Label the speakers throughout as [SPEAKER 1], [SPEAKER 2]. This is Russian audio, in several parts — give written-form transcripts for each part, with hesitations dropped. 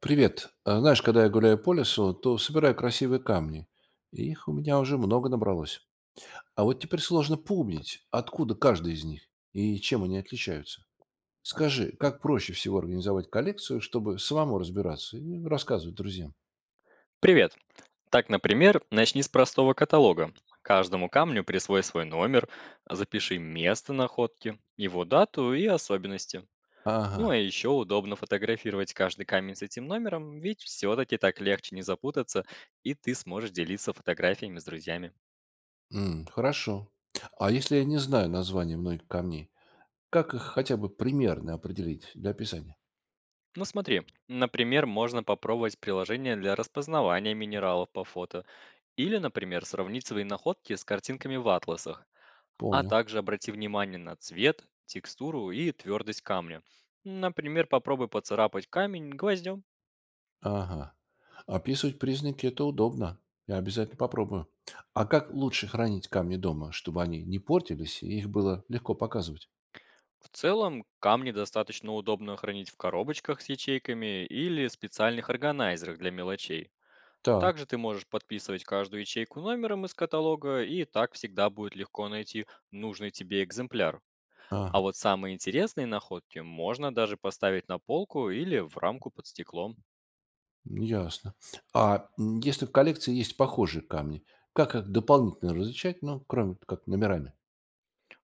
[SPEAKER 1] Привет. А знаешь, когда я гуляю по лесу, то собираю красивые камни. И их у меня уже много набралось. А вот теперь сложно помнить, откуда каждый из них и чем они отличаются. Скажи, как проще всего организовать коллекцию, чтобы самому разбираться и рассказывать друзьям?
[SPEAKER 2] Привет! Так, например, начни с простого каталога. Каждому камню присвой свой номер, запиши место находки, его дату и особенности. Ну
[SPEAKER 1] Ага.
[SPEAKER 2] а еще удобно фотографировать каждый камень с этим номером, ведь все-таки так легче не запутаться, и ты сможешь делиться фотографиями с друзьями.
[SPEAKER 1] Хорошо. А если я не знаю название многих камней, как их хотя бы примерно определить для описания?
[SPEAKER 2] Ну смотри, например, можно попробовать приложение для распознавания минералов по фото, или, например, сравнить свои находки с картинками в атласах. А
[SPEAKER 1] Понял.
[SPEAKER 2] также обрати внимание на цвет, текстуру и твердость камня. Например, попробуй поцарапать камень гвоздем.
[SPEAKER 1] Ага. Описывать признаки– это удобно. Я обязательно попробую. А как лучше хранить камни дома, чтобы они не портились и их было легко показывать?
[SPEAKER 2] В целом, камни достаточно удобно хранить в коробочках с ячейками или специальных органайзерах для мелочей.
[SPEAKER 1] Так,
[SPEAKER 2] Также ты можешь подписывать каждую ячейку номером из каталога, и так всегда будет легко найти нужный тебе экземпляр. А
[SPEAKER 1] ага,
[SPEAKER 2] вот самые интересные находки можно даже поставить на полку или в рамку под стеклом.
[SPEAKER 1] ясно. А если в коллекции есть похожие камни, как их дополнительно различать, ну, кроме вот как номерами?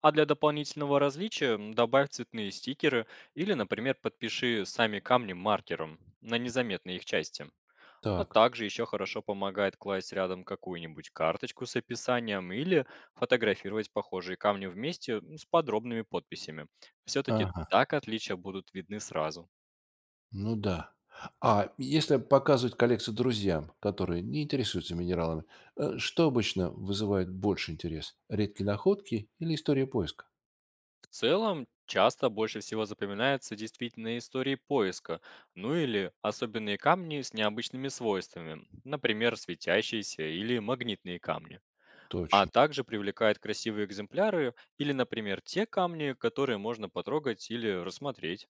[SPEAKER 2] А для дополнительного различия добавь цветные стикеры или, например, подпиши сами камни маркером на незаметной их части. А
[SPEAKER 1] Так,
[SPEAKER 2] также еще хорошо помогает класть рядом какую-нибудь карточку с описанием или фотографировать похожие камни вместе с подробными подписями. Все-таки
[SPEAKER 1] ага,
[SPEAKER 2] так отличия будут видны сразу.
[SPEAKER 1] ну да. А если показывать коллекцию друзьям, которые не интересуются минералами, что обычно вызывает больше интерес? Редкие находки или история поиска?
[SPEAKER 2] В целом, часто больше всего запоминаются действительно истории поиска, ну или особенные камни с необычными свойствами, например, светящиеся или магнитные камни. А
[SPEAKER 1] Точно.
[SPEAKER 2] также привлекают красивые экземпляры или, например, те камни, которые можно потрогать или рассмотреть.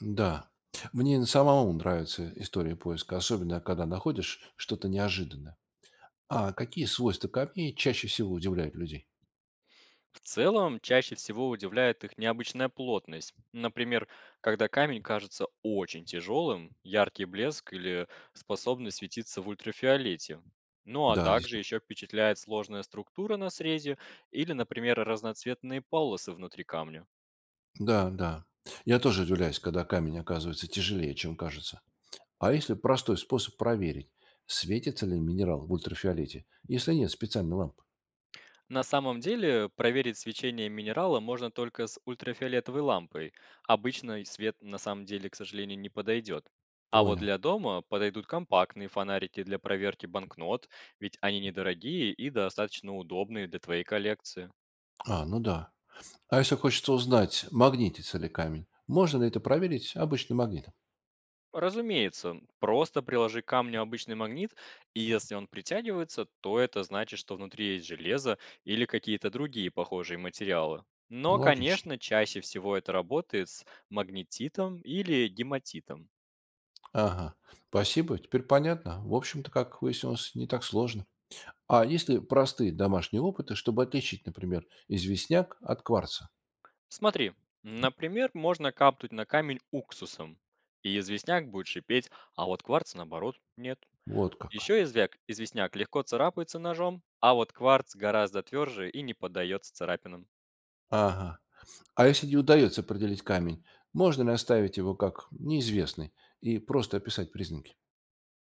[SPEAKER 1] Да. Мне самому нравится история поиска, особенно когда находишь что-то неожиданное. А какие свойства камней чаще всего удивляют людей?
[SPEAKER 2] В целом, чаще всего удивляет их необычная плотность. Например, когда камень кажется очень тяжелым, яркий блеск или способность светиться в ультрафиолете. Ну а
[SPEAKER 1] Да,
[SPEAKER 2] также
[SPEAKER 1] действительно.
[SPEAKER 2] еще впечатляет сложная структура на срезе или, например, разноцветные полосы внутри камня.
[SPEAKER 1] Да, да. Я тоже удивляюсь, когда камень оказывается тяжелее, чем кажется. А если простой способ проверить, светится ли минерал в ультрафиолете, если нет специальной лампы?
[SPEAKER 2] На самом деле, проверить свечение минерала можно только с ультрафиолетовой лампой. Обычный свет на самом деле, к сожалению, не подойдет. А вот
[SPEAKER 1] Понял.
[SPEAKER 2] для дома подойдут компактные фонарики для проверки банкнот, ведь они недорогие и достаточно удобные для твоей коллекции.
[SPEAKER 1] А, ну да. А если хочется узнать, магнитится ли камень, можно ли это проверить обычным магнитом?
[SPEAKER 2] Разумеется, просто приложи к камню обычный магнит, и если он притягивается, то это значит, что внутри есть железо или какие-то другие похожие материалы. Но,
[SPEAKER 1] Ну, логично.
[SPEAKER 2] конечно, чаще всего это работает с магнетитом или гематитом.
[SPEAKER 1] Ага, спасибо. Теперь понятно. В общем-то, как выяснилось, не так сложно. А есть ли простые домашние опыты, чтобы отличить, например, известняк от кварца?
[SPEAKER 2] Смотри, например, можно капнуть на камень уксусом, и известняк будет шипеть, а вот кварц, наоборот, нет.
[SPEAKER 1] Вот как.
[SPEAKER 2] Еще известняк легко царапается ножом, а вот кварц гораздо тверже и не поддается царапинам.
[SPEAKER 1] Ага. А если не удается определить камень, можно ли оставить его как неизвестный и просто описать признаки?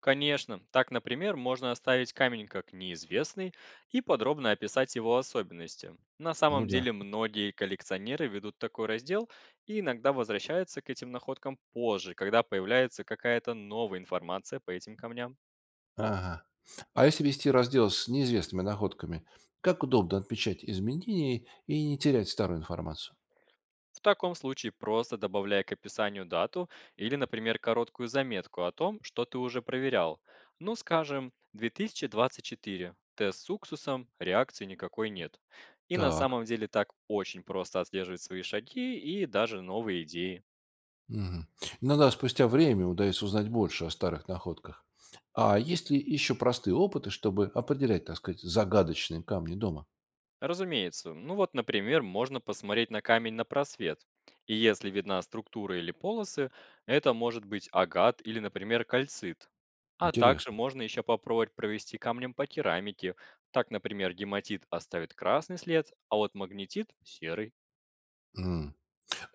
[SPEAKER 2] Конечно, так, например, можно оставить камень как неизвестный и подробно описать его особенности. На
[SPEAKER 1] Ну
[SPEAKER 2] самом
[SPEAKER 1] да.
[SPEAKER 2] деле многие коллекционеры ведут такой раздел и иногда возвращаются к этим находкам позже, когда появляется какая-то новая информация по этим камням.
[SPEAKER 1] Ага. А если вести раздел с неизвестными находками, как удобно отмечать изменения и не терять старую информацию?
[SPEAKER 2] В таком случае просто добавляй к описанию дату или, например, короткую заметку о том, что ты уже проверял. Ну, скажем, 2024. Тест с уксусом, реакции никакой нет. И на
[SPEAKER 1] Так.
[SPEAKER 2] самом деле так очень просто отслеживать свои шаги и даже новые идеи.
[SPEAKER 1] Мгм. Иногда спустя время удается узнать больше о старых находках. А есть ли еще простые опыты, чтобы определять, так сказать, загадочные камни дома?
[SPEAKER 2] Разумеется. Ну вот, например, можно посмотреть на камень на просвет. И если видна структура или полосы, это может быть агат или, например, кальцит. А также
[SPEAKER 1] Интересно.
[SPEAKER 2] можно еще попробовать провести камнем по керамике. Так, например, гематит оставит красный след, а вот магнетит — серый.
[SPEAKER 1] М.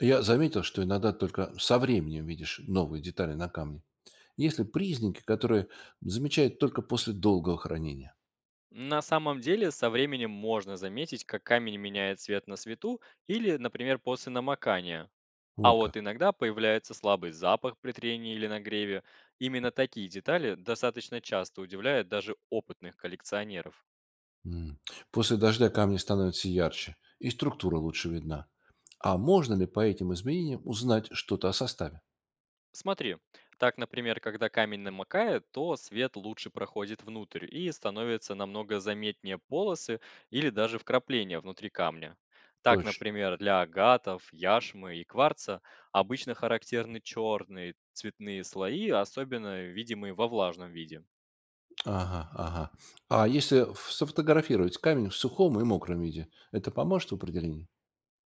[SPEAKER 1] Я заметил, что иногда только со временем видишь новые детали на камне. Есть ли признаки, которые замечают только после долгого хранения?
[SPEAKER 2] На самом деле, со временем можно заметить, как камень меняет цвет на свету или, например, после намокания. А
[SPEAKER 1] Вот как.
[SPEAKER 2] вот иногда появляется слабый запах при трении или нагреве. Именно такие детали достаточно часто удивляют даже опытных коллекционеров.
[SPEAKER 1] М. После дождя камни становятся ярче, и структура лучше видна. А можно ли по этим изменениям узнать что-то о составе?
[SPEAKER 2] Смотри, так, например, когда камень намокает, то свет лучше проходит внутрь и становятся намного заметнее полосы или даже вкрапления внутри камня. Так,
[SPEAKER 1] Точно.
[SPEAKER 2] например, для агатов, яшмы и кварца обычно характерны черные цветные слои, особенно видимые во влажном виде.
[SPEAKER 1] Ага, ага. А если сфотографировать камень в сухом и мокром виде, это поможет в определении?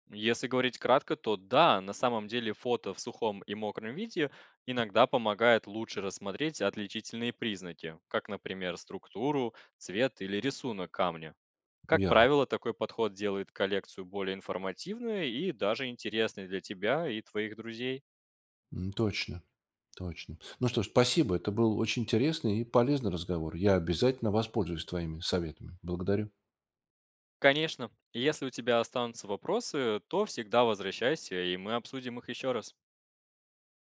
[SPEAKER 2] Если говорить кратко, то да, на самом деле фото в сухом и мокром виде иногда помогает лучше рассмотреть отличительные признаки, как, например, структуру, цвет или рисунок камня. Как
[SPEAKER 1] Верно.
[SPEAKER 2] правило, такой подход делает коллекцию более информативной и даже интересной для тебя и твоих друзей.
[SPEAKER 1] Точно. Точно. Ну что ж, спасибо. Это был очень интересный и полезный разговор. Я обязательно воспользуюсь твоими советами. Благодарю.
[SPEAKER 2] Конечно, если у тебя останутся вопросы, то всегда возвращайся, и мы обсудим их еще раз.